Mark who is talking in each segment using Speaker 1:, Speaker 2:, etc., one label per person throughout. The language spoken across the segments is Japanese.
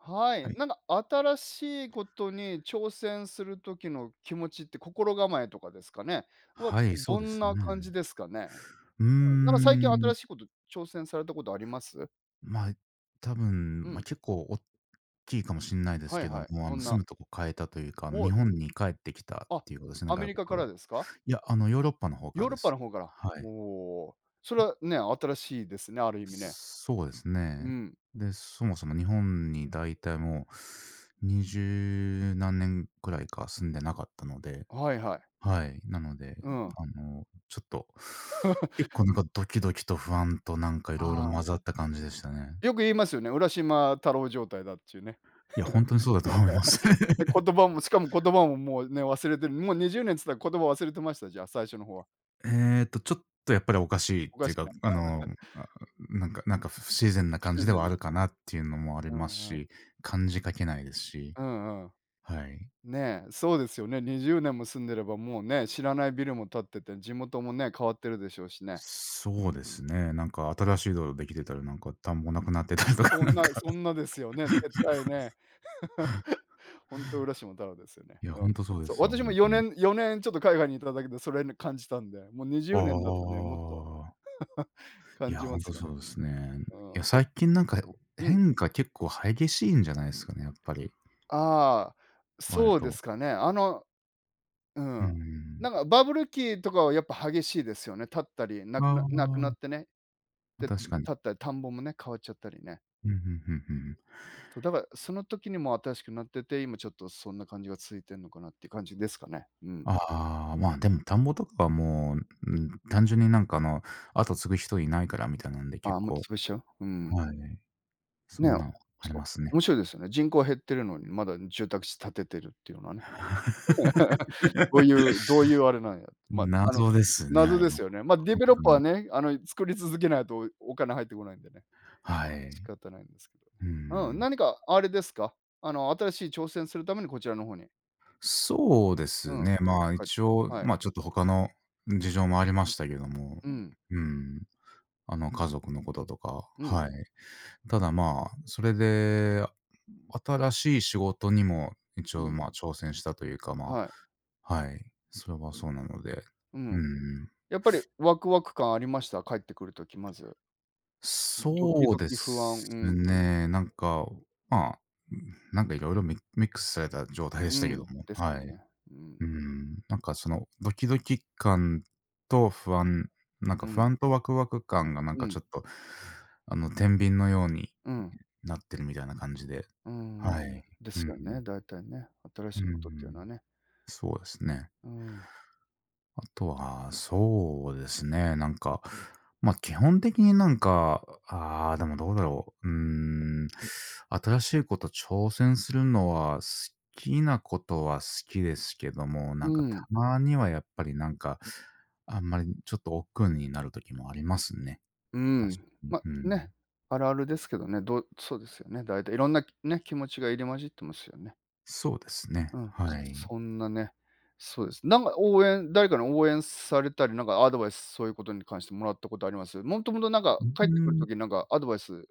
Speaker 1: は
Speaker 2: は
Speaker 1: い。
Speaker 2: い。
Speaker 1: なんか新しいことに挑戦する時の気持ちって、心構えとかですかね？は、
Speaker 2: はい、そう
Speaker 1: ど
Speaker 2: で
Speaker 1: ん
Speaker 2: す
Speaker 1: な
Speaker 2: ね。
Speaker 1: 感じですかね？
Speaker 2: うー
Speaker 1: なんか最近新
Speaker 2: ん、
Speaker 1: しいこと挑戦されたことあります？
Speaker 2: まあ、多分、
Speaker 1: う
Speaker 2: まあ、
Speaker 1: ん。
Speaker 2: 結構大きいかもしんないです
Speaker 1: はい
Speaker 2: けど
Speaker 1: はい。
Speaker 2: も、
Speaker 1: どんな
Speaker 2: 住むとこ変えたというか、
Speaker 1: お、
Speaker 2: 日本に帰ってきたっ
Speaker 1: あ、
Speaker 2: ていうことですね、
Speaker 1: アメ
Speaker 2: 外
Speaker 1: リ
Speaker 2: 国
Speaker 1: カか
Speaker 2: から。
Speaker 1: らですか？
Speaker 2: いや、ヨーロッパの方か
Speaker 1: ヨ
Speaker 2: ら
Speaker 1: ーロ
Speaker 2: で
Speaker 1: ッパの
Speaker 2: す。
Speaker 1: 方から。
Speaker 2: は
Speaker 1: お
Speaker 2: い。
Speaker 1: お。それはね、新しいですね、ある意味ね。
Speaker 2: そうです
Speaker 1: う
Speaker 2: ね。
Speaker 1: ん。
Speaker 2: で、そもそも日本にだいたい20何年くらいか住んでなかったので、
Speaker 1: はいはい。
Speaker 2: はい。なので、
Speaker 1: うん。
Speaker 2: あの、ちょっと、結構なんかドキドキと不安となんかいろい
Speaker 1: あ
Speaker 2: ろ
Speaker 1: あ、
Speaker 2: 混ざった感じでしたね。
Speaker 1: よく言いますよね、浦島太郎状態だっちゅうね。
Speaker 2: いや、ほんとにそうだと思います。
Speaker 1: で、言葉もしかも言葉ももうね、忘れてる。もう20年つったら言葉忘れてました？じゃあ、最初の方は。
Speaker 2: えっと、ちょっとやっぱりおかしいっ
Speaker 1: おか
Speaker 2: てい
Speaker 1: し
Speaker 2: う
Speaker 1: い
Speaker 2: か、
Speaker 1: な。
Speaker 2: あ、なんか不自然な
Speaker 1: 不
Speaker 2: 感
Speaker 1: 自
Speaker 2: じで
Speaker 1: 然
Speaker 2: はあ
Speaker 1: な。
Speaker 2: るかなっていうのもあり
Speaker 1: う
Speaker 2: ます
Speaker 1: んうん。
Speaker 2: し、感じかけないですし、
Speaker 1: うんうん。
Speaker 2: はい。
Speaker 1: ねえ、そうですよね。20年も住んでれば、もうね、知らないビルも建ってて、地元もね、変わってるでしょうしね。
Speaker 2: そうですね、なんか新しい道路できてたらなんか田んぼなくなってたりとか、
Speaker 1: そんなそんなですよね、絶対ね。ほんと浦島太郎ですよね。
Speaker 2: いや、
Speaker 1: う
Speaker 2: ほ
Speaker 1: ん。
Speaker 2: んとそうで
Speaker 1: そう、
Speaker 2: すよ、ほ
Speaker 1: 私も
Speaker 2: んと
Speaker 1: 4
Speaker 2: に。
Speaker 1: 年4年ちょっと海外にいただけで、それね、感じたんで、もう20年だと
Speaker 2: あ
Speaker 1: ね、もっと
Speaker 2: あ。い
Speaker 1: 感
Speaker 2: や、
Speaker 1: じ
Speaker 2: ほ
Speaker 1: ま
Speaker 2: ん
Speaker 1: す
Speaker 2: と
Speaker 1: よね。
Speaker 2: そうですね。
Speaker 1: うん。
Speaker 2: いや、最近なんか、
Speaker 1: うん。
Speaker 2: 変化結構激しいんじゃないですかね、やっぱり、
Speaker 1: ああ、
Speaker 2: 割
Speaker 1: そうで
Speaker 2: と。
Speaker 1: すかね。あのう
Speaker 2: う
Speaker 1: ん。な
Speaker 2: ん。
Speaker 1: んかバブル期とかはやっぱ激しいですよね。立ったり、なくななくなって
Speaker 2: あ
Speaker 1: ね、
Speaker 2: あ、
Speaker 1: で、立
Speaker 2: 確かに。
Speaker 1: ったり、田んぼもね、変わっちゃったりね。
Speaker 2: うん、うんうんうん。
Speaker 1: そう、だからその時にも新しくなってて、今ちょっとそんな感じが続いてんのかなっていう感じですかね。うん。
Speaker 2: ああ、まあ、でも田んぼとかはもう、うん、単純に後継ぐ人いないからみたいなんで
Speaker 1: あ
Speaker 2: 結
Speaker 1: あ、もう
Speaker 2: 構、
Speaker 1: 潰しちゃう？うん。
Speaker 2: はい、そ
Speaker 1: ね、
Speaker 2: んなんあり
Speaker 1: そ
Speaker 2: ます
Speaker 1: う、
Speaker 2: ね。
Speaker 1: 面白いですよね。人口減ってるのに、まだ住宅地建ててるっていうのはね。どういう、どういうあれなんや。まあ、あの、
Speaker 2: 謎ですね、あ
Speaker 1: 謎
Speaker 2: れは
Speaker 1: で
Speaker 2: ほ
Speaker 1: すよね。まあ、ディ
Speaker 2: ん
Speaker 1: ベロッ
Speaker 2: と
Speaker 1: パーは
Speaker 2: に。
Speaker 1: ね、あの、作り続けないとお金入ってこないんでね。
Speaker 2: は
Speaker 1: 仕
Speaker 2: い。
Speaker 1: 方ないんですけ
Speaker 2: う
Speaker 1: どね。うん、
Speaker 2: ん。
Speaker 1: 何かあれですか？あの、新しい挑戦するためにこちらの方に
Speaker 2: そうで
Speaker 1: う
Speaker 2: す
Speaker 1: ん。
Speaker 2: ね。まあ、
Speaker 1: か
Speaker 2: 一応、
Speaker 1: はい。
Speaker 2: ま、あちょっと他の事情もありましたけども、
Speaker 1: うん、
Speaker 2: うん、家族のこととか、
Speaker 1: うん、
Speaker 2: はい。ただ、まあ、それで、新しい仕事にも一
Speaker 1: う
Speaker 2: 応、
Speaker 1: ん、
Speaker 2: ま、あ挑戦したというか、
Speaker 1: はい。
Speaker 2: はい、それはそうなので。
Speaker 1: う
Speaker 2: う
Speaker 1: ん。
Speaker 2: んん。
Speaker 1: やっぱりワクワク感ありました？帰ってくるときまず。ドキ
Speaker 2: そう
Speaker 1: ド
Speaker 2: で
Speaker 1: キ不安、う
Speaker 2: す
Speaker 1: ん、
Speaker 2: ね、なんか、まあ、なんかいろいろミミックスされた状態で
Speaker 1: う
Speaker 2: したけど
Speaker 1: ん、
Speaker 2: も、
Speaker 1: です
Speaker 2: はい。
Speaker 1: よね。うん、
Speaker 2: なんかそのドキドキ感と不安、
Speaker 1: う
Speaker 2: 不
Speaker 1: ん、
Speaker 2: 安とワクワク感がなん
Speaker 1: う
Speaker 2: かち
Speaker 1: ん、
Speaker 2: ょっと、天秤のように
Speaker 1: うん、
Speaker 2: なってるみたいな感じで。
Speaker 1: うんうんうんうんうん
Speaker 2: は
Speaker 1: うん
Speaker 2: い。
Speaker 1: で
Speaker 2: う
Speaker 1: すよね、大体ね。新
Speaker 2: う
Speaker 1: し
Speaker 2: ん
Speaker 1: い
Speaker 2: う
Speaker 1: ことっていうの
Speaker 2: ん。
Speaker 1: はね。
Speaker 2: そうですね。
Speaker 1: うん。
Speaker 2: あとは、そうですね、なんか、ま、あ基本的にでもどうだろう、新しいこと挑戦するのは、好きですけども、
Speaker 1: う
Speaker 2: た
Speaker 1: ん、
Speaker 2: まにはやっぱりあんまりちょっと億劫になる時もありますね。
Speaker 1: う
Speaker 2: 確か
Speaker 1: ん。
Speaker 2: に。
Speaker 1: ま、
Speaker 2: う
Speaker 1: ね、
Speaker 2: ん。
Speaker 1: あるあるですけどね、どうそうですよね、大体いろんなね、気持ちが入り混じってますよね。
Speaker 2: そうです
Speaker 1: う
Speaker 2: ね、
Speaker 1: ん、
Speaker 2: はい。
Speaker 1: そんなね、そうです。なんか応援誰かに応援されたり、なんかアドバイス、そういうことに関してもらったことあります？もともとなんか
Speaker 2: う
Speaker 1: 帰ってくると
Speaker 2: ー
Speaker 1: きになんかアドバイス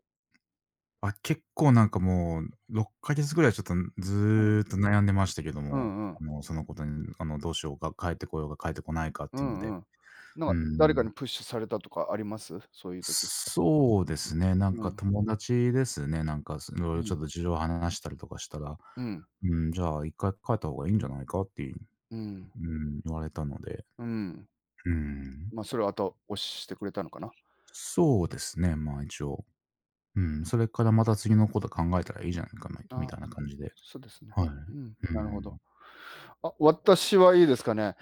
Speaker 2: あ、結構なんかもう、6ヶ月ぐらいちょっとず
Speaker 1: う
Speaker 2: ーっ
Speaker 1: ん、
Speaker 2: と悩んでましたけど
Speaker 1: う
Speaker 2: も、
Speaker 1: んうん、
Speaker 2: そのことに、どうしようか、帰ってこようか、帰ってこないかっ
Speaker 1: う
Speaker 2: ていうの
Speaker 1: んう
Speaker 2: で。
Speaker 1: ん。なん
Speaker 2: う
Speaker 1: か誰か
Speaker 2: ん。
Speaker 1: にプッシュされたとかあります？そういうとき
Speaker 2: そうですね、なん
Speaker 1: う
Speaker 2: か
Speaker 1: ん、
Speaker 2: 友達ですね、なんか
Speaker 1: う
Speaker 2: 色ちょ
Speaker 1: ん、
Speaker 2: っと事情を話したりとかしたら、
Speaker 1: うん、
Speaker 2: うん、じゃあ1回帰った方がいいんじゃないかっていう、
Speaker 1: うん、
Speaker 2: うん、言われたので。
Speaker 1: うん。
Speaker 2: うん。
Speaker 1: ま、それを後押ししてくれたのかな。
Speaker 2: そうですね、まあ、一応。うん、それからまた次のこと考えたらいいじゃないかな、み
Speaker 1: あ
Speaker 2: たい
Speaker 1: あ、
Speaker 2: な感じで。
Speaker 1: そうですね。
Speaker 2: はい。
Speaker 1: う
Speaker 2: う
Speaker 1: ん、なるほど。
Speaker 2: ん。
Speaker 1: あ、私はいいですかね。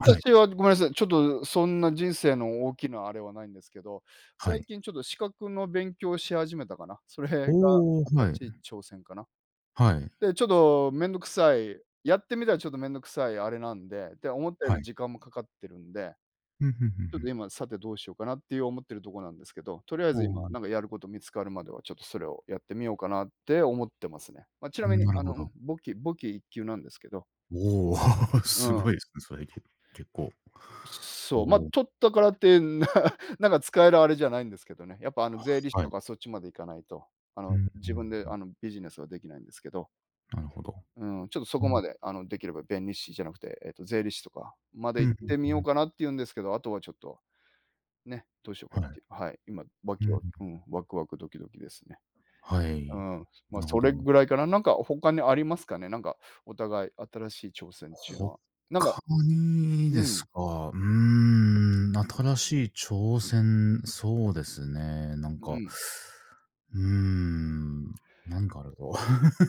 Speaker 2: はい、
Speaker 1: はごめんなさい、ちょっとそんな人生の大きなあれはないんですけど、
Speaker 2: は
Speaker 1: 最
Speaker 2: い。
Speaker 1: 近ちょっと資格の勉強をし始めたかな。それが
Speaker 2: おお、はい。
Speaker 1: 新しい挑戦かな。
Speaker 2: はい。
Speaker 1: で、ちょっとめんどくさい、やってみたらちょっとめんどくさいあれなんで、で、思ったよ
Speaker 2: は
Speaker 1: り
Speaker 2: い。
Speaker 1: 時間もかかってるんで、
Speaker 2: うん、ふんふん
Speaker 1: ちょっ
Speaker 2: ふ
Speaker 1: と
Speaker 2: ん。
Speaker 1: 今さてどうしようかなっていう思ってるとこなんですけど、とりあえ
Speaker 2: お
Speaker 1: ず
Speaker 2: お、う
Speaker 1: 今なんかやること見つかるまではちょっとそれをやってみようかなって思ってますね。まあ、ちなみ
Speaker 2: ん、
Speaker 1: に
Speaker 2: なる
Speaker 1: あ
Speaker 2: ほ
Speaker 1: の、うん、
Speaker 2: ど。
Speaker 1: 簿記簿記一級なんですけど。
Speaker 2: おお、
Speaker 1: う
Speaker 2: す
Speaker 1: ん。
Speaker 2: ごいですね、それ、結構。お
Speaker 1: そう、まあ、
Speaker 2: お、
Speaker 1: 取ったからって、な なんか使えるあれじゃないんですけどね。やっぱあの税理士
Speaker 2: は
Speaker 1: と
Speaker 2: い。
Speaker 1: かそっちまで行かないと、あ
Speaker 2: うん
Speaker 1: の
Speaker 2: うん
Speaker 1: 自分で
Speaker 2: うん。
Speaker 1: あのビジネスはできないんですけど、
Speaker 2: なるほど。
Speaker 1: うん、ちょっとそ
Speaker 2: う
Speaker 1: こ
Speaker 2: ん。
Speaker 1: まであのできれば弁理士じゃなくて、税理士とかまで
Speaker 2: うん
Speaker 1: 行っ
Speaker 2: うん
Speaker 1: てみ
Speaker 2: う
Speaker 1: よう
Speaker 2: ん。
Speaker 1: かなって言うんですけど、あとはちょっと、ね、どうしようか
Speaker 2: は
Speaker 1: って
Speaker 2: い。
Speaker 1: いう、はい、今わ
Speaker 2: う
Speaker 1: きわ
Speaker 2: ん。
Speaker 1: うん、ワクワクドキドキですね。
Speaker 2: は
Speaker 1: う
Speaker 2: い。
Speaker 1: ん、
Speaker 2: な
Speaker 1: まあ、
Speaker 2: るほ
Speaker 1: それ
Speaker 2: ど。
Speaker 1: ぐらいかな。なんか他にありますかね？なんかお互い新しい挑戦っていうのは。なんか
Speaker 2: 他に
Speaker 1: う
Speaker 2: です
Speaker 1: ん、
Speaker 2: か、新しい挑戦、そうですね、
Speaker 1: うん。
Speaker 2: うーん、何かあると。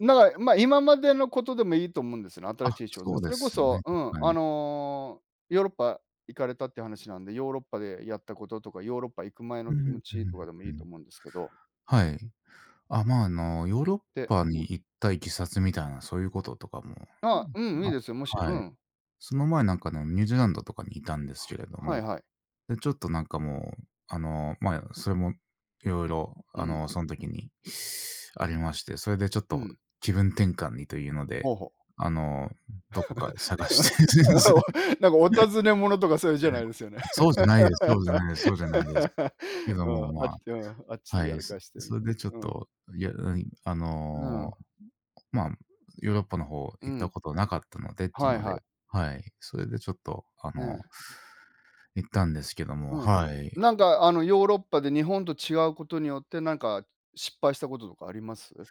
Speaker 1: だから、まあ、今までのことでもいいと思うんですよね、新
Speaker 2: あ、
Speaker 1: しい小
Speaker 2: そ
Speaker 1: 説。
Speaker 2: う
Speaker 1: そ
Speaker 2: で
Speaker 1: れこ
Speaker 2: すね、
Speaker 1: そ、うん、
Speaker 2: 確か
Speaker 1: あ
Speaker 2: に。
Speaker 1: の、ヨーロッパ行かれたって話なんで、ヨーロッパでやったこととか、ヨーロッパ行く前の
Speaker 2: うん
Speaker 1: 気
Speaker 2: う
Speaker 1: 持
Speaker 2: ん
Speaker 1: ちとかでも
Speaker 2: う
Speaker 1: い
Speaker 2: んう
Speaker 1: いと
Speaker 2: ん。
Speaker 1: 思うんですけど、
Speaker 2: はい。あ、まあ、ヨーロッ
Speaker 1: で、
Speaker 2: パ
Speaker 1: う
Speaker 2: に
Speaker 1: ん、
Speaker 2: 行ったいきさつみたいな、そういうこととかも、う
Speaker 1: あ、うん、
Speaker 2: ん、
Speaker 1: いい
Speaker 2: あ、
Speaker 1: ですよ、もしう
Speaker 2: はい。
Speaker 1: ん、
Speaker 2: その前なんかのニュージーランドとかにいたんですけれど
Speaker 1: はい
Speaker 2: も、
Speaker 1: はい。
Speaker 2: で、ちょっとなんかもう、あの、まあ、それもいろいろ
Speaker 1: うん、
Speaker 2: その時にありまして、それでちょっ
Speaker 1: う
Speaker 2: と
Speaker 1: ん、
Speaker 2: 気分転換にというので、
Speaker 1: ほうほう。
Speaker 2: あの、どこか探して。
Speaker 1: なんかお尋ね物とかそういうじゃないですよね。
Speaker 2: そうじゃないです、そうじゃないです、そうじゃないです。けど
Speaker 1: う
Speaker 2: も、
Speaker 1: ん、あっ
Speaker 2: ま
Speaker 1: ちうん、あっ
Speaker 2: あ、
Speaker 1: ちで
Speaker 2: は
Speaker 1: や
Speaker 2: い、
Speaker 1: らかしてみ
Speaker 2: それ
Speaker 1: た
Speaker 2: でちょ
Speaker 1: い
Speaker 2: っ
Speaker 1: な。うん、
Speaker 2: と、いや、うん、
Speaker 1: うん、
Speaker 2: まあ、ヨーロッパの方
Speaker 1: う
Speaker 2: 行った
Speaker 1: ん、
Speaker 2: ことなかったのでっていう
Speaker 1: はい
Speaker 2: の
Speaker 1: は
Speaker 2: で、
Speaker 1: い。
Speaker 2: はい、それでちょっと、
Speaker 1: ね。
Speaker 2: 行ったんですけども、
Speaker 1: うん。
Speaker 2: はい。
Speaker 1: なんかあの、ヨーロッパで日本と違うことによって、なんか失敗したこととかあります？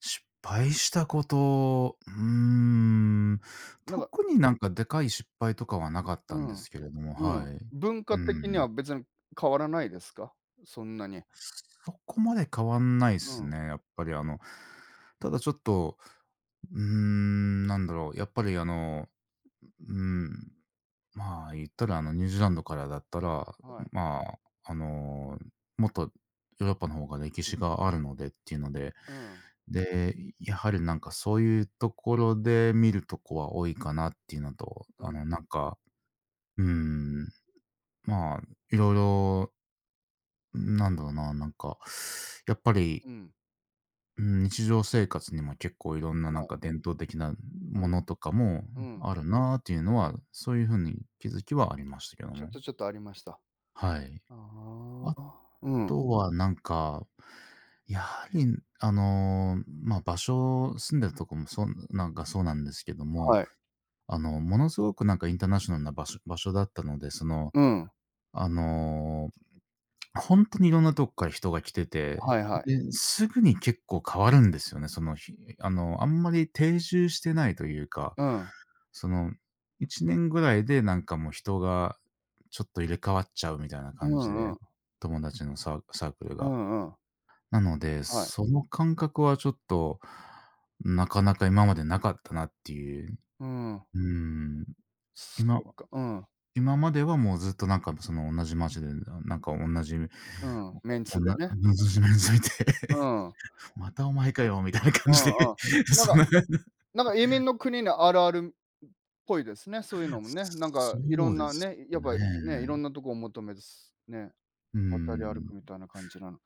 Speaker 2: 失敗したこと、うーん、
Speaker 1: なんか
Speaker 2: 特になんかでかい失敗とかはなかっ
Speaker 1: う
Speaker 2: たんで
Speaker 1: ん。
Speaker 2: すけれども、
Speaker 1: う
Speaker 2: は
Speaker 1: ん。
Speaker 2: い。
Speaker 1: 文化
Speaker 2: う
Speaker 1: 的に
Speaker 2: ん。
Speaker 1: は別に変わらないですか？そんなに。
Speaker 2: そこまで変わんないで
Speaker 1: う
Speaker 2: す
Speaker 1: ん。
Speaker 2: ね、やっぱりあの、ただちょっと、うーん、なんだろう、やっぱりうん、まあ、言ったら、ニュージーランドからだったら、
Speaker 1: はい。
Speaker 2: まあ、あの、もっとヨーロッパの方が歴史があるのでっていうので、
Speaker 1: うん。う
Speaker 2: で、やはりなんかそういうところで見
Speaker 1: ん。
Speaker 2: るとこは多いかなっていうのと、
Speaker 1: う
Speaker 2: あ
Speaker 1: ん。
Speaker 2: の、なんか、うーん、まあ、いろいろ、なんだろうな、なんか、やっぱり、
Speaker 1: うん。
Speaker 2: うん、日常生活にも結構いろんなな
Speaker 1: は
Speaker 2: ん
Speaker 1: い。
Speaker 2: か伝統的な
Speaker 1: う
Speaker 2: も
Speaker 1: ん。
Speaker 2: のとかも
Speaker 1: うん。
Speaker 2: あるなっていうのは、そういう風に気づきはありましたけど
Speaker 1: ちょっ
Speaker 2: も。
Speaker 1: とちょっとありました。
Speaker 2: はい。
Speaker 1: あ
Speaker 2: あ
Speaker 1: あ。うん。
Speaker 2: とはなんか、やはり、場所、住んでるとこもそうなんかそうなんですけども、
Speaker 1: はい。
Speaker 2: ものすごくなんかインターナショナルな場所だったので、
Speaker 1: うん。
Speaker 2: あの、本当にいろんなとこから人が来てて、
Speaker 1: はいはい。
Speaker 2: で、すぐに結構変わるんですよね。その日、あんまり定住してないというか、
Speaker 1: うん。
Speaker 2: その、1年ぐらいでなんかもう人がちょっと入れ替わっちゃうみたいな
Speaker 1: う
Speaker 2: 感じで、
Speaker 1: んうん。
Speaker 2: 友達のサークル
Speaker 1: う
Speaker 2: が。
Speaker 1: んうん。
Speaker 2: なので、
Speaker 1: はい。
Speaker 2: その感覚はちょっと、なかなか今までなかったなっていう。
Speaker 1: うん。
Speaker 2: うーん。
Speaker 1: そ
Speaker 2: 今
Speaker 1: っか。うん。
Speaker 2: 今まではもうずっとなんかその同じ街で、なんか同じ、
Speaker 1: うん。メンツ
Speaker 2: お
Speaker 1: で
Speaker 2: な
Speaker 1: ね。
Speaker 2: 同じ面ついて、
Speaker 1: うん。う
Speaker 2: またお前かよみたいな感じで、
Speaker 1: んう ん。なん
Speaker 2: そん
Speaker 1: か
Speaker 2: な
Speaker 1: なんか移民の国にあるあるっぽいですね、そういうのもね。なんか
Speaker 2: そ
Speaker 1: いろ
Speaker 2: う
Speaker 1: ん
Speaker 2: で
Speaker 1: な
Speaker 2: す
Speaker 1: ね、やっぱね、いろ
Speaker 2: ね。
Speaker 1: んなとこを求めずね、
Speaker 2: うー
Speaker 1: 渡り歩
Speaker 2: ん。
Speaker 1: くみたいな感じなの。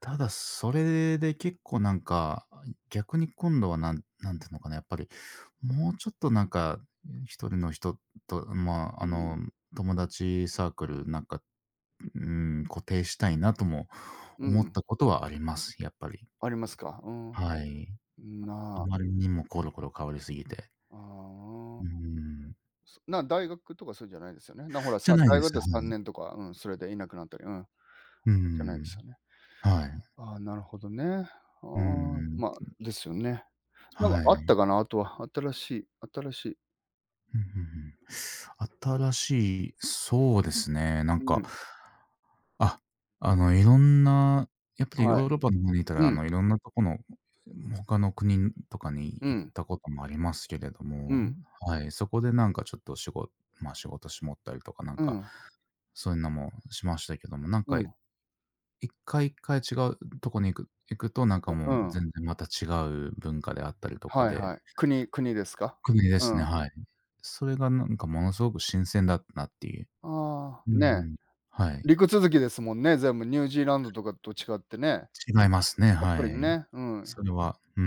Speaker 2: ただ、それで結構なんか、逆に今度はなんていうのかな、やっぱり、もうちょっとなんか、一人の人と、ま
Speaker 1: う
Speaker 2: あ、
Speaker 1: ん、
Speaker 2: 友達サークルなんか、うん、固定したいなとも
Speaker 1: う
Speaker 2: 思っ
Speaker 1: ん、
Speaker 2: たことはあります、やっぱり。
Speaker 1: ありますか。うん、
Speaker 2: はい。あ
Speaker 1: な
Speaker 2: まりにもコロコロ変わりすぎて。
Speaker 1: あ、あ
Speaker 2: うー
Speaker 1: あ。
Speaker 2: ん。
Speaker 1: そな、大学とかそうじゃないですよね。な、ほら、
Speaker 2: じ
Speaker 1: さ
Speaker 2: ゃない
Speaker 1: 大
Speaker 2: で
Speaker 1: 学
Speaker 2: す。
Speaker 1: だと
Speaker 2: は
Speaker 1: 3
Speaker 2: い。
Speaker 1: 年とか、うん、それでいなくなったり、うん。
Speaker 2: うー
Speaker 1: じゃないです
Speaker 2: ん。
Speaker 1: よね。
Speaker 2: はい。
Speaker 1: ああ、なるほどね。あ
Speaker 2: う
Speaker 1: あ、
Speaker 2: ーん。
Speaker 1: まあ、ですよね。なんか
Speaker 2: はい。
Speaker 1: あった
Speaker 2: う
Speaker 1: かな、あとは、新しい新しい
Speaker 2: んうんうん。新しい、そうですね、なん
Speaker 1: う
Speaker 2: か、
Speaker 1: ん、
Speaker 2: あ、あの、いろんな、やっぱり
Speaker 1: はい。
Speaker 2: ヨーロッパの方にいたら、あ
Speaker 1: うん、
Speaker 2: の、いろんなとこの、他の国とかに
Speaker 1: う
Speaker 2: 行っ
Speaker 1: ん、
Speaker 2: たこともありますけれど
Speaker 1: う
Speaker 2: も、
Speaker 1: ん、
Speaker 2: はい、そこでなんかちょっと仕事、仕事しもったりとかなん
Speaker 1: う
Speaker 2: か、
Speaker 1: ん。
Speaker 2: そういうのもしましたけども、なん
Speaker 1: う
Speaker 2: か
Speaker 1: ん、
Speaker 2: 一回一回違うとこに行くと、なんか
Speaker 1: う
Speaker 2: もう
Speaker 1: ん、
Speaker 2: 全然また違う文化であったりとか
Speaker 1: はい
Speaker 2: で。
Speaker 1: はい。国国ですか？
Speaker 2: 国で
Speaker 1: う
Speaker 2: すね、
Speaker 1: ん。
Speaker 2: はい。それがなんかものすごく新鮮だったなっていう。
Speaker 1: あ
Speaker 2: うう
Speaker 1: あ、ねえ、
Speaker 2: ん。はい。
Speaker 1: 陸続きですもんね、全部ニュージーランドとかと違ってね。や
Speaker 2: 違いますね、
Speaker 1: っ
Speaker 2: は
Speaker 1: ぱり
Speaker 2: い。
Speaker 1: ね、うん。
Speaker 2: それは、うー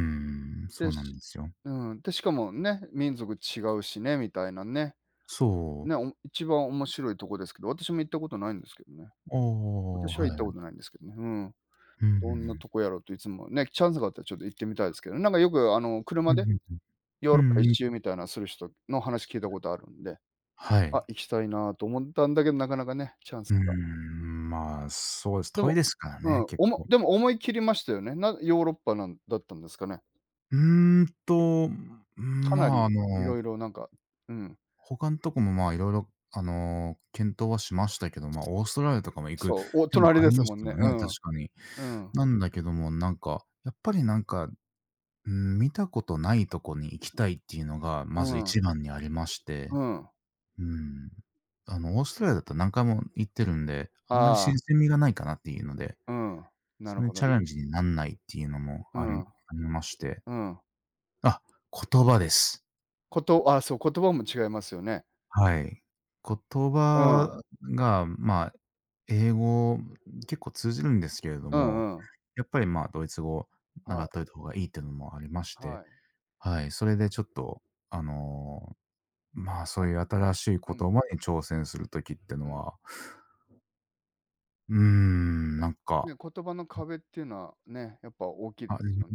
Speaker 2: ん、そ
Speaker 1: で、
Speaker 2: うなん
Speaker 1: し
Speaker 2: ですよ。
Speaker 1: うん、で、しかもね、民族違うしね、みたいなね。
Speaker 2: そう。
Speaker 1: ね、お一番面白いとこですけど、私も行ったことないんですけどね。
Speaker 2: おお、
Speaker 1: 私は
Speaker 2: はい。
Speaker 1: 行ったことないんですけどね。うん。
Speaker 2: うんう
Speaker 1: どんな
Speaker 2: ん
Speaker 1: とこやろうといつもね、チャンスがあったらちょっと行ってみたいですけどね、なんかよくあの、
Speaker 2: う
Speaker 1: 車
Speaker 2: ん。
Speaker 1: で
Speaker 2: うんう
Speaker 1: ヨーロッパ一
Speaker 2: ん。
Speaker 1: 周みたいなする人の話聞いたことあるんで。
Speaker 2: はい。
Speaker 1: あ、行きたいなと思ったんだけど、なかなかね、チャン
Speaker 2: うー
Speaker 1: スが。
Speaker 2: ん、まあ、そうです。
Speaker 1: で
Speaker 2: 遠い
Speaker 1: も
Speaker 2: ですから
Speaker 1: う
Speaker 2: ね、
Speaker 1: ん、
Speaker 2: 結
Speaker 1: おも
Speaker 2: 構。
Speaker 1: でも思い切りましたよね。なヨーロッパなんだったんですかね。
Speaker 2: うーんと、
Speaker 1: かな
Speaker 2: ま
Speaker 1: り
Speaker 2: あ、
Speaker 1: いろいろなんか、うん、
Speaker 2: 他のとこも、まあ、いろいろ、あの、検討はしましたけど、まあ、オーストラリアとかも行く
Speaker 1: そう、お
Speaker 2: 手も
Speaker 1: 隣
Speaker 2: あ
Speaker 1: で
Speaker 2: り
Speaker 1: す
Speaker 2: まし
Speaker 1: もん
Speaker 2: た
Speaker 1: ね。
Speaker 2: わね、
Speaker 1: う
Speaker 2: 確
Speaker 1: ん、
Speaker 2: かに。
Speaker 1: うん、
Speaker 2: なんだけども、なんか、やっぱりなんか、うん、見たことないとこに行きたいっていうのが、
Speaker 1: う
Speaker 2: まず
Speaker 1: ん、
Speaker 2: 一番にありまして、
Speaker 1: うん。
Speaker 2: うん。あの、オーストラリアだと何回も行ってるんで、あんまり
Speaker 1: あ
Speaker 2: 新鮮味がないかなっていうので、
Speaker 1: あ、うん、なる
Speaker 2: それ
Speaker 1: ほど
Speaker 2: チャ
Speaker 1: ね。
Speaker 2: レンジになんないっていうのも
Speaker 1: う
Speaker 2: あり
Speaker 1: ん、
Speaker 2: ありまして。
Speaker 1: うん。
Speaker 2: あ、言葉です。
Speaker 1: ことあ、そう、言葉も違いますよね。
Speaker 2: はい。言
Speaker 1: うん、
Speaker 2: 葉が、まあ、英語結構通じるんですけれど
Speaker 1: う
Speaker 2: も、
Speaker 1: んうん。
Speaker 2: やっぱり、まあ、ドイツ語
Speaker 1: は
Speaker 2: 習
Speaker 1: い、
Speaker 2: っといた方がいいっていうのもありまし
Speaker 1: は
Speaker 2: て、
Speaker 1: い。
Speaker 2: はい、それでちょっと、あのまあ、そ
Speaker 1: あ、
Speaker 2: ういう新しい言
Speaker 1: うん、
Speaker 2: 葉に挑戦するときって
Speaker 1: う
Speaker 2: の
Speaker 1: ん。
Speaker 2: は、うーん、なん
Speaker 1: ね、
Speaker 2: か、
Speaker 1: 言葉の壁っていうのはね、やっぱ大きいで
Speaker 2: あ
Speaker 1: す
Speaker 2: り
Speaker 1: よね。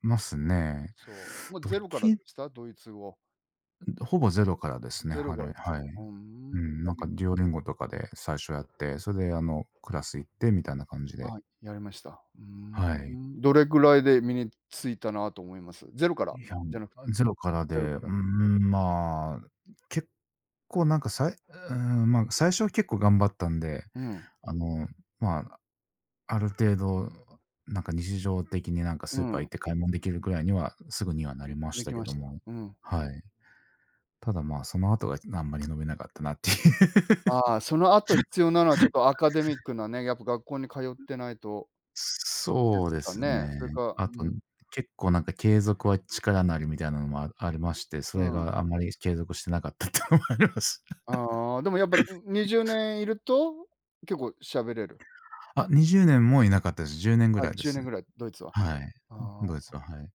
Speaker 2: ますね。
Speaker 1: そう。もうゼロからで
Speaker 2: 時
Speaker 1: した？ドイツ語。
Speaker 2: ほぼゼロからですね、
Speaker 1: ゼロ
Speaker 2: は
Speaker 1: から
Speaker 2: れ。
Speaker 1: です
Speaker 2: はい。
Speaker 1: か。うん
Speaker 2: う
Speaker 1: や
Speaker 2: ん、なん
Speaker 1: り
Speaker 2: かデュオリンゴとかで最初やって、それであの、クラス行ってみたいな感じで。
Speaker 1: はい、やりました。
Speaker 2: はい。
Speaker 1: どれぐらいで身についたなと思います？ゼロから
Speaker 2: いや、
Speaker 1: じゃなく、
Speaker 2: ゼロからで、
Speaker 1: ゼロ
Speaker 2: う
Speaker 1: か
Speaker 2: ー
Speaker 1: ら。
Speaker 2: ん、まあ、結構なんか、さいうーん、まあ、最初は結構頑張ったんで、
Speaker 1: うん、
Speaker 2: あの、まあ、ある程度、なんか日常的になんか
Speaker 1: う
Speaker 2: スーパー行
Speaker 1: ん、
Speaker 2: って買い物できるぐらいには、すぐにはなりまし
Speaker 1: で
Speaker 2: た
Speaker 1: き
Speaker 2: け
Speaker 1: ま
Speaker 2: ど
Speaker 1: した。
Speaker 2: も。
Speaker 1: うん。
Speaker 2: はい。ただ、まあ、その後があんまり伸びなかったなっていう。
Speaker 1: ああ、その後必要なのはちょっとアカデミックなね、やっぱ学校に通ってないとで
Speaker 2: そう
Speaker 1: す
Speaker 2: で
Speaker 1: か
Speaker 2: す
Speaker 1: ね。
Speaker 2: ね。
Speaker 1: それか、う
Speaker 2: あと、
Speaker 1: ん、
Speaker 2: 結構なんか継続は力なりみたいなのもありまして、そ
Speaker 1: う
Speaker 2: れ
Speaker 1: ん。
Speaker 2: があんまり継続してなかったっていうのもあります。
Speaker 1: ああ、でもやっぱ、20年いると、結構喋れる？
Speaker 2: あ、20年もいなかったです。10年ぐ
Speaker 1: あ、
Speaker 2: らいで
Speaker 1: 10
Speaker 2: す
Speaker 1: 年
Speaker 2: ね。
Speaker 1: ぐらい、ドイツは。
Speaker 2: はい。
Speaker 1: あ
Speaker 2: ドイ
Speaker 1: あ、
Speaker 2: ツは、はい。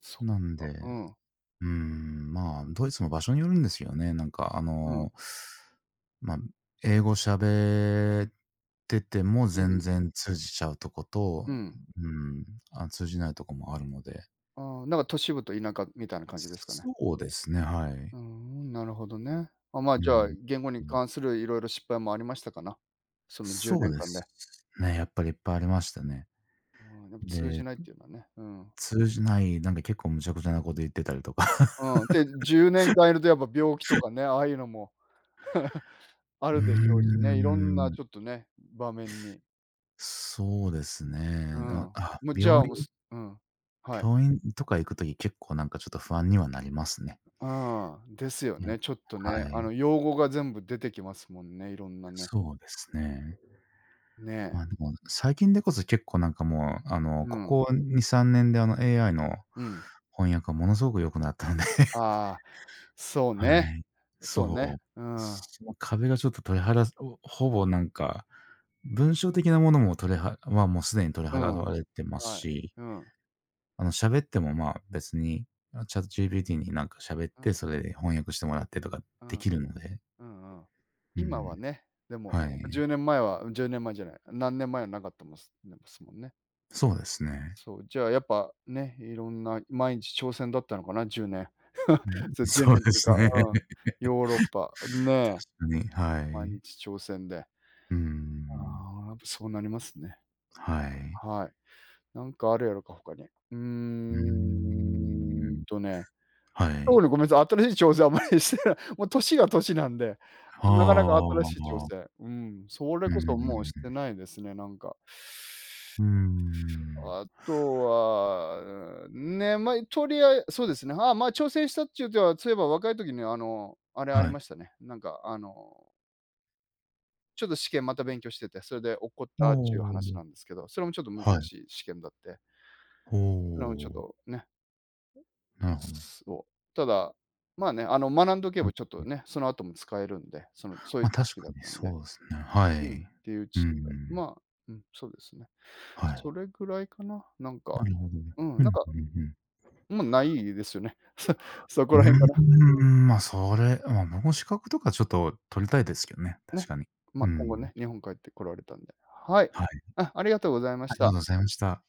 Speaker 1: そっ
Speaker 2: なんで、
Speaker 1: か。
Speaker 2: う
Speaker 1: うん、
Speaker 2: ーん、まあ、ドイツも場所によるんですよね。なんか、
Speaker 1: うん、
Speaker 2: まあ、英語喋ってても
Speaker 1: う
Speaker 2: 全
Speaker 1: ん、
Speaker 2: 然通じちゃうとこ
Speaker 1: う
Speaker 2: と、
Speaker 1: ん。
Speaker 2: うん、あ、通じないとこもあるので。
Speaker 1: ああ、なんか都市部と田舎みたいな感じですかね。
Speaker 2: そうですね、はい。
Speaker 1: なるほどね。あ、まあ、
Speaker 2: う
Speaker 1: じゃあ、
Speaker 2: ん。
Speaker 1: 言語に
Speaker 2: うん。
Speaker 1: 関するいろいろ失敗もありましたかな？その10
Speaker 2: そ
Speaker 1: 年
Speaker 2: うで
Speaker 1: 間
Speaker 2: す
Speaker 1: で。
Speaker 2: ね、やっぱりいっぱいありましたね。
Speaker 1: うん、やっぱ通じ
Speaker 2: で、
Speaker 1: ないっていうのはね、うん。
Speaker 2: 通じない、なんか結構むちゃくちゃなこと言ってたりとか。
Speaker 1: うん、で、10年間いるとやっぱ病気とかね、ああいうのも あ
Speaker 2: うー
Speaker 1: るでしょうしね、いろんな
Speaker 2: ん、
Speaker 1: ちょっとね、場面に。
Speaker 2: そうです
Speaker 1: うん。
Speaker 2: ね。あ、
Speaker 1: も
Speaker 2: あ、
Speaker 1: う、じゃあ、
Speaker 2: 病
Speaker 1: もう、
Speaker 2: 院
Speaker 1: すうん。はい。
Speaker 2: 病院とか行くとき結構なんかちょっと不安にはなりますね。
Speaker 1: ああ、ですよ
Speaker 2: いや、
Speaker 1: ね、ちょっとね、
Speaker 2: はい。
Speaker 1: 用語が全部出てきますもんね、いろんなね。
Speaker 2: そうですね。
Speaker 1: ねえ。
Speaker 2: ま、でも、最近でこそ結構なんかもう、あの、
Speaker 1: う
Speaker 2: こ
Speaker 1: ん、
Speaker 2: こ2、3年で、あの AI の
Speaker 1: うん。
Speaker 2: 翻訳がものすごく良くなったので
Speaker 1: ああ。そう
Speaker 2: は
Speaker 1: ね。
Speaker 2: い。
Speaker 1: そうね。
Speaker 2: そ
Speaker 1: う
Speaker 2: う。
Speaker 1: ん。
Speaker 2: その壁がちょっと取り払おほぼなんか、文章的なものも取りはは、もうすでに取り
Speaker 1: う
Speaker 2: 払
Speaker 1: ん。はい。
Speaker 2: われてますし、
Speaker 1: うん。
Speaker 2: 喋っても、まあ、別に、あ、ChatGPT になんか喋っ
Speaker 1: う
Speaker 2: て、そ
Speaker 1: ん。
Speaker 2: れで翻訳してもらってとか
Speaker 1: うん。
Speaker 2: できるので。
Speaker 1: うんうん。
Speaker 2: う
Speaker 1: 今は
Speaker 2: ん、
Speaker 1: ね、でも
Speaker 2: はい。
Speaker 1: 10年前は10年前じゃない、何年前はなかったもんすでますもんね。
Speaker 2: そうですね。
Speaker 1: そう、じゃあやっぱね、いろんな毎日挑戦だったのかな、10年。
Speaker 2: うん、
Speaker 1: そ う、10
Speaker 2: そう
Speaker 1: 年
Speaker 2: で
Speaker 1: という
Speaker 2: す
Speaker 1: か、
Speaker 2: ね。
Speaker 1: うん、ヨーロッパ、
Speaker 2: 確
Speaker 1: ね、
Speaker 2: かに、は
Speaker 1: 毎
Speaker 2: い。
Speaker 1: 日挑戦で。
Speaker 2: うん、
Speaker 1: ああ、やっぱそうなりますね。
Speaker 2: はい。
Speaker 1: はい。なんかあるやろか、他に。
Speaker 2: うー
Speaker 1: ーん
Speaker 2: ん、
Speaker 1: とね
Speaker 2: は
Speaker 1: そう
Speaker 2: い。
Speaker 1: ね、ごめんなさい。新しい挑戦あんまりしてない。もう年が年なんで、なかなか
Speaker 2: は
Speaker 1: 新しい挑戦、
Speaker 2: あ、
Speaker 1: うん、それ
Speaker 2: う
Speaker 1: こそもう
Speaker 2: ん。
Speaker 1: してないですね、なんか。
Speaker 2: うー
Speaker 1: あ
Speaker 2: ん、
Speaker 1: とは、ね、ま、とりあえそうですね、ああ、まあ、挑戦したっちゅうとは、そういえば若い時にあれあり
Speaker 2: は
Speaker 1: ま
Speaker 2: い。
Speaker 1: したね、ちょっと試験また勉強してて、それで落っこっ
Speaker 2: お
Speaker 1: たっちゅう
Speaker 2: お、
Speaker 1: 話なんですけど、それもちょっと難
Speaker 2: はい。
Speaker 1: しい試験だって、
Speaker 2: お
Speaker 1: それもちょっ
Speaker 2: お、
Speaker 1: とね
Speaker 2: なるほど。
Speaker 1: そう。ただ、まあね、学んどけ
Speaker 2: うん
Speaker 1: ばちょっ
Speaker 2: う
Speaker 1: と
Speaker 2: ん。
Speaker 1: ね、その後も使えるんで、その、そういう
Speaker 2: ま、
Speaker 1: 知
Speaker 2: 確
Speaker 1: 識だ
Speaker 2: か
Speaker 1: っ
Speaker 2: に
Speaker 1: たんで、
Speaker 2: そうですね、は
Speaker 1: うん、っ
Speaker 2: い。
Speaker 1: ていう
Speaker 2: う
Speaker 1: ち
Speaker 2: ん、
Speaker 1: まあ、うん、そうですね。
Speaker 2: はい。
Speaker 1: それぐらいかな、なん
Speaker 2: な
Speaker 1: か、
Speaker 2: るほど。うん、
Speaker 1: うん、
Speaker 2: う
Speaker 1: なん
Speaker 2: ん
Speaker 1: か、
Speaker 2: うん。
Speaker 1: もうないですよね。そそこ
Speaker 2: う
Speaker 1: ら辺かな。
Speaker 2: ーん、まあ、それ、まあ、僕も資格とかちょっと取りたいですけどね、確
Speaker 1: ね。
Speaker 2: かに。
Speaker 1: まあ、
Speaker 2: う
Speaker 1: 今後
Speaker 2: ん。
Speaker 1: ね、日本帰ってこられたんで。はい。
Speaker 2: はい、
Speaker 1: あ、ありがとうございま
Speaker 2: あ
Speaker 1: し
Speaker 2: りが
Speaker 1: た。
Speaker 2: とうございました。